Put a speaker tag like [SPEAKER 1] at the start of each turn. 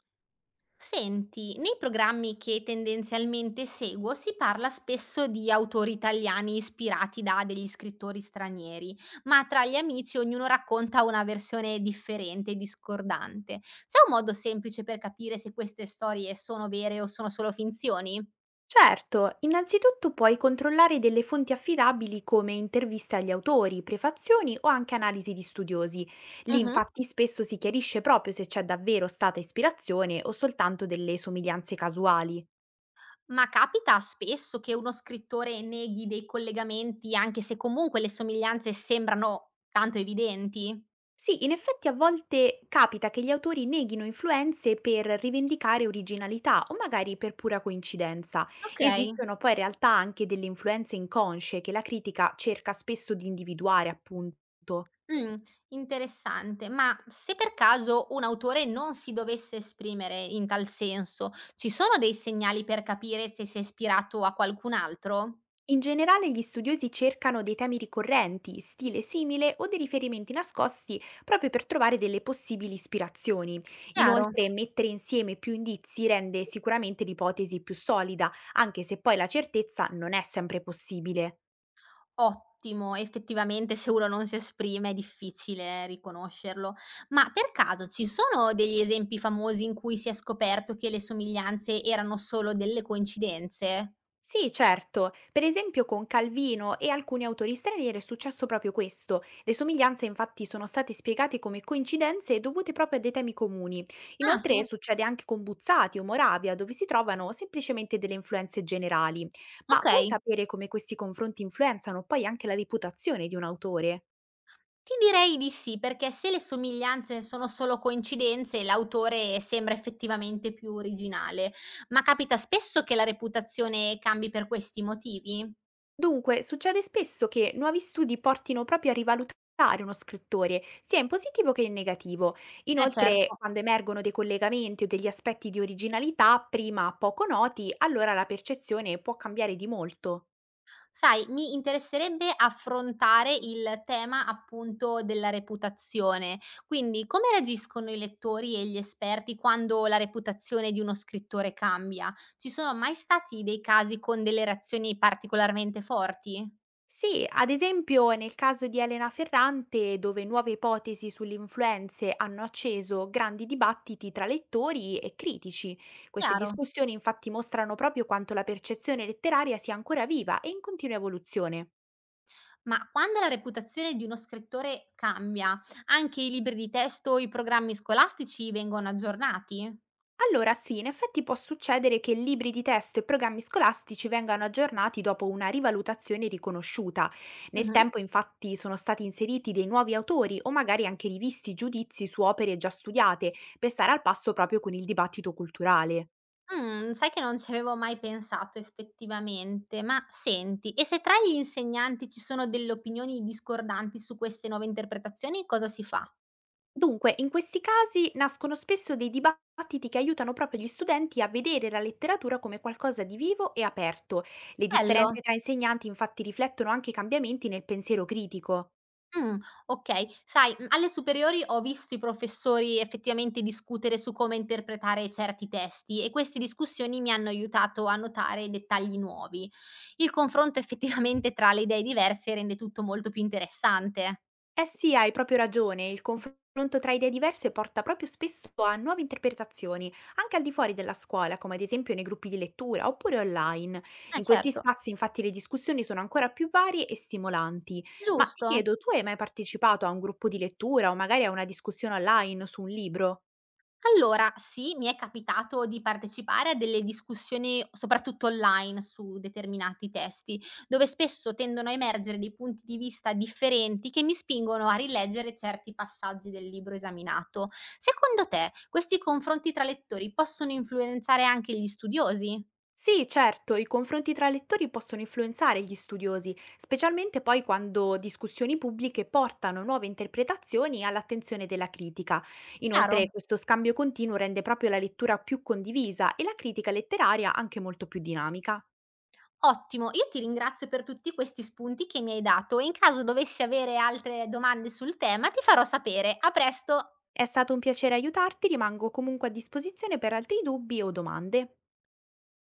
[SPEAKER 1] Senti, nei programmi che tendenzialmente seguo si parla spesso di autori italiani ispirati da degli scrittori stranieri, ma tra gli amici ognuno racconta una versione differente e discordante. C'è un modo semplice per capire se queste storie sono vere o sono solo finzioni?
[SPEAKER 2] Certo, innanzitutto puoi controllare delle fonti affidabili come interviste agli autori, prefazioni o anche analisi di studiosi. Lì
[SPEAKER 1] Mhm.
[SPEAKER 2] infatti spesso si chiarisce proprio se c'è davvero stata ispirazione o soltanto delle somiglianze casuali.
[SPEAKER 1] Ma capita spesso che uno scrittore neghi dei collegamenti anche se comunque le somiglianze sembrano tanto evidenti?
[SPEAKER 2] Sì, in effetti a volte capita che gli autori neghino influenze per rivendicare originalità o magari per pura coincidenza.
[SPEAKER 1] Ok.
[SPEAKER 2] Esistono poi in realtà anche delle influenze inconsce che la critica cerca spesso di individuare, appunto.
[SPEAKER 1] Mh, Interessante. Ma se per caso un autore non si dovesse esprimere in tal senso, ci sono dei segnali per capire se si è ispirato a qualcun altro?
[SPEAKER 2] In generale gli studiosi cercano dei temi ricorrenti, stile simile o dei riferimenti nascosti proprio per trovare delle possibili ispirazioni.
[SPEAKER 1] Chiaro.
[SPEAKER 2] Inoltre mettere insieme più indizi rende sicuramente l'ipotesi più solida, anche se poi la certezza non è sempre possibile.
[SPEAKER 1] Ottimo, effettivamente se uno non si esprime è difficile riconoscerlo. Ma per caso ci sono degli esempi famosi in cui si è scoperto che le somiglianze erano solo delle coincidenze?
[SPEAKER 2] Sì, certo. Per esempio con Calvino e alcuni autori stranieri è successo proprio questo. Le somiglianze infatti sono state spiegate come coincidenze dovute proprio a dei temi comuni.
[SPEAKER 1] Ah
[SPEAKER 2] Inoltre
[SPEAKER 1] sì?
[SPEAKER 2] succede anche con Buzzati o Moravia, dove si trovano semplicemente delle influenze generali. Ma vuoi
[SPEAKER 1] Okay.
[SPEAKER 2] sapere come questi confronti influenzano poi anche la reputazione di un autore?
[SPEAKER 1] Ti direi di sì, perché se le somiglianze sono solo coincidenze, l'autore sembra effettivamente più originale. Ma capita spesso che la reputazione cambi per questi motivi?
[SPEAKER 2] Dunque, succede spesso che nuovi studi portino proprio a rivalutare uno scrittore, sia in positivo che in negativo.
[SPEAKER 1] Eh
[SPEAKER 2] Inoltre,
[SPEAKER 1] certo.
[SPEAKER 2] quando emergono dei collegamenti o degli aspetti di originalità prima poco noti, allora la percezione può cambiare di molto.
[SPEAKER 1] Sai, mi interesserebbe affrontare il tema appunto della reputazione. Quindi come reagiscono i lettori e gli esperti quando la reputazione di uno scrittore cambia? Ci sono mai stati dei casi con delle reazioni particolarmente forti?
[SPEAKER 2] Sì, ad esempio nel caso di Elena Ferrante, dove nuove ipotesi sulle influenze hanno acceso grandi dibattiti tra lettori e critici. Queste
[SPEAKER 1] Chiaro.
[SPEAKER 2] discussioni infatti mostrano proprio quanto la percezione letteraria sia ancora viva e in continua evoluzione.
[SPEAKER 1] Ma quando la reputazione di uno scrittore cambia, anche i libri di testo o i programmi scolastici vengono aggiornati?
[SPEAKER 2] Allora sì, in effetti può succedere che libri di testo e programmi scolastici vengano aggiornati dopo una rivalutazione riconosciuta. Nel
[SPEAKER 1] Mhm.
[SPEAKER 2] tempo infatti sono stati inseriti dei nuovi autori o magari anche rivisti giudizi su opere già studiate per stare al passo proprio con il dibattito culturale.
[SPEAKER 1] Mm, sai che non ci avevo mai pensato effettivamente, ma senti, e se tra gli insegnanti ci sono delle opinioni discordanti su queste nuove interpretazioni, cosa si fa?
[SPEAKER 2] Dunque, in questi casi nascono spesso dei dibattiti che aiutano proprio gli studenti a vedere la letteratura come qualcosa di vivo e aperto. Le
[SPEAKER 1] Bello.
[SPEAKER 2] differenze tra insegnanti infatti riflettono anche i cambiamenti nel pensiero critico.
[SPEAKER 1] Mh, okay. Sai, alle superiori ho visto i professori effettivamente discutere su come interpretare certi testi e queste discussioni mi hanno aiutato a notare dettagli nuovi. Il confronto effettivamente tra le idee diverse rende tutto molto più interessante.
[SPEAKER 2] Eh sì, hai proprio ragione, il confronto tra idee diverse porta proprio spesso a nuove interpretazioni, anche al di fuori della scuola, come ad esempio nei gruppi di lettura oppure online.
[SPEAKER 1] Eh
[SPEAKER 2] In questi
[SPEAKER 1] certo,
[SPEAKER 2] spazi infatti le discussioni sono ancora più varie e stimolanti. Ma ti
[SPEAKER 1] giusto.
[SPEAKER 2] chiedo, tu hai mai partecipato a un gruppo di lettura o magari a una discussione online su un libro?
[SPEAKER 1] Allora, sì, mi è capitato di partecipare a delle discussioni, soprattutto online, su determinati testi, dove spesso tendono a emergere dei punti di vista differenti che mi spingono a rileggere certi passaggi del libro esaminato. Secondo te, questi confronti tra lettori possono influenzare anche gli studiosi?
[SPEAKER 2] Sì, certo, i confronti tra lettori possono influenzare gli studiosi, specialmente poi quando discussioni pubbliche portano nuove interpretazioni all'attenzione della critica.
[SPEAKER 1] Chiaro?
[SPEAKER 2] Inoltre, questo scambio continuo rende proprio la lettura più condivisa e la critica letteraria anche molto più dinamica.
[SPEAKER 1] Ottimo, io ti ringrazio per tutti questi spunti che mi hai dato e in caso dovessi avere altre domande sul tema ti farò sapere. A presto!
[SPEAKER 2] È stato un piacere aiutarti, rimango comunque a disposizione per altri dubbi o domande.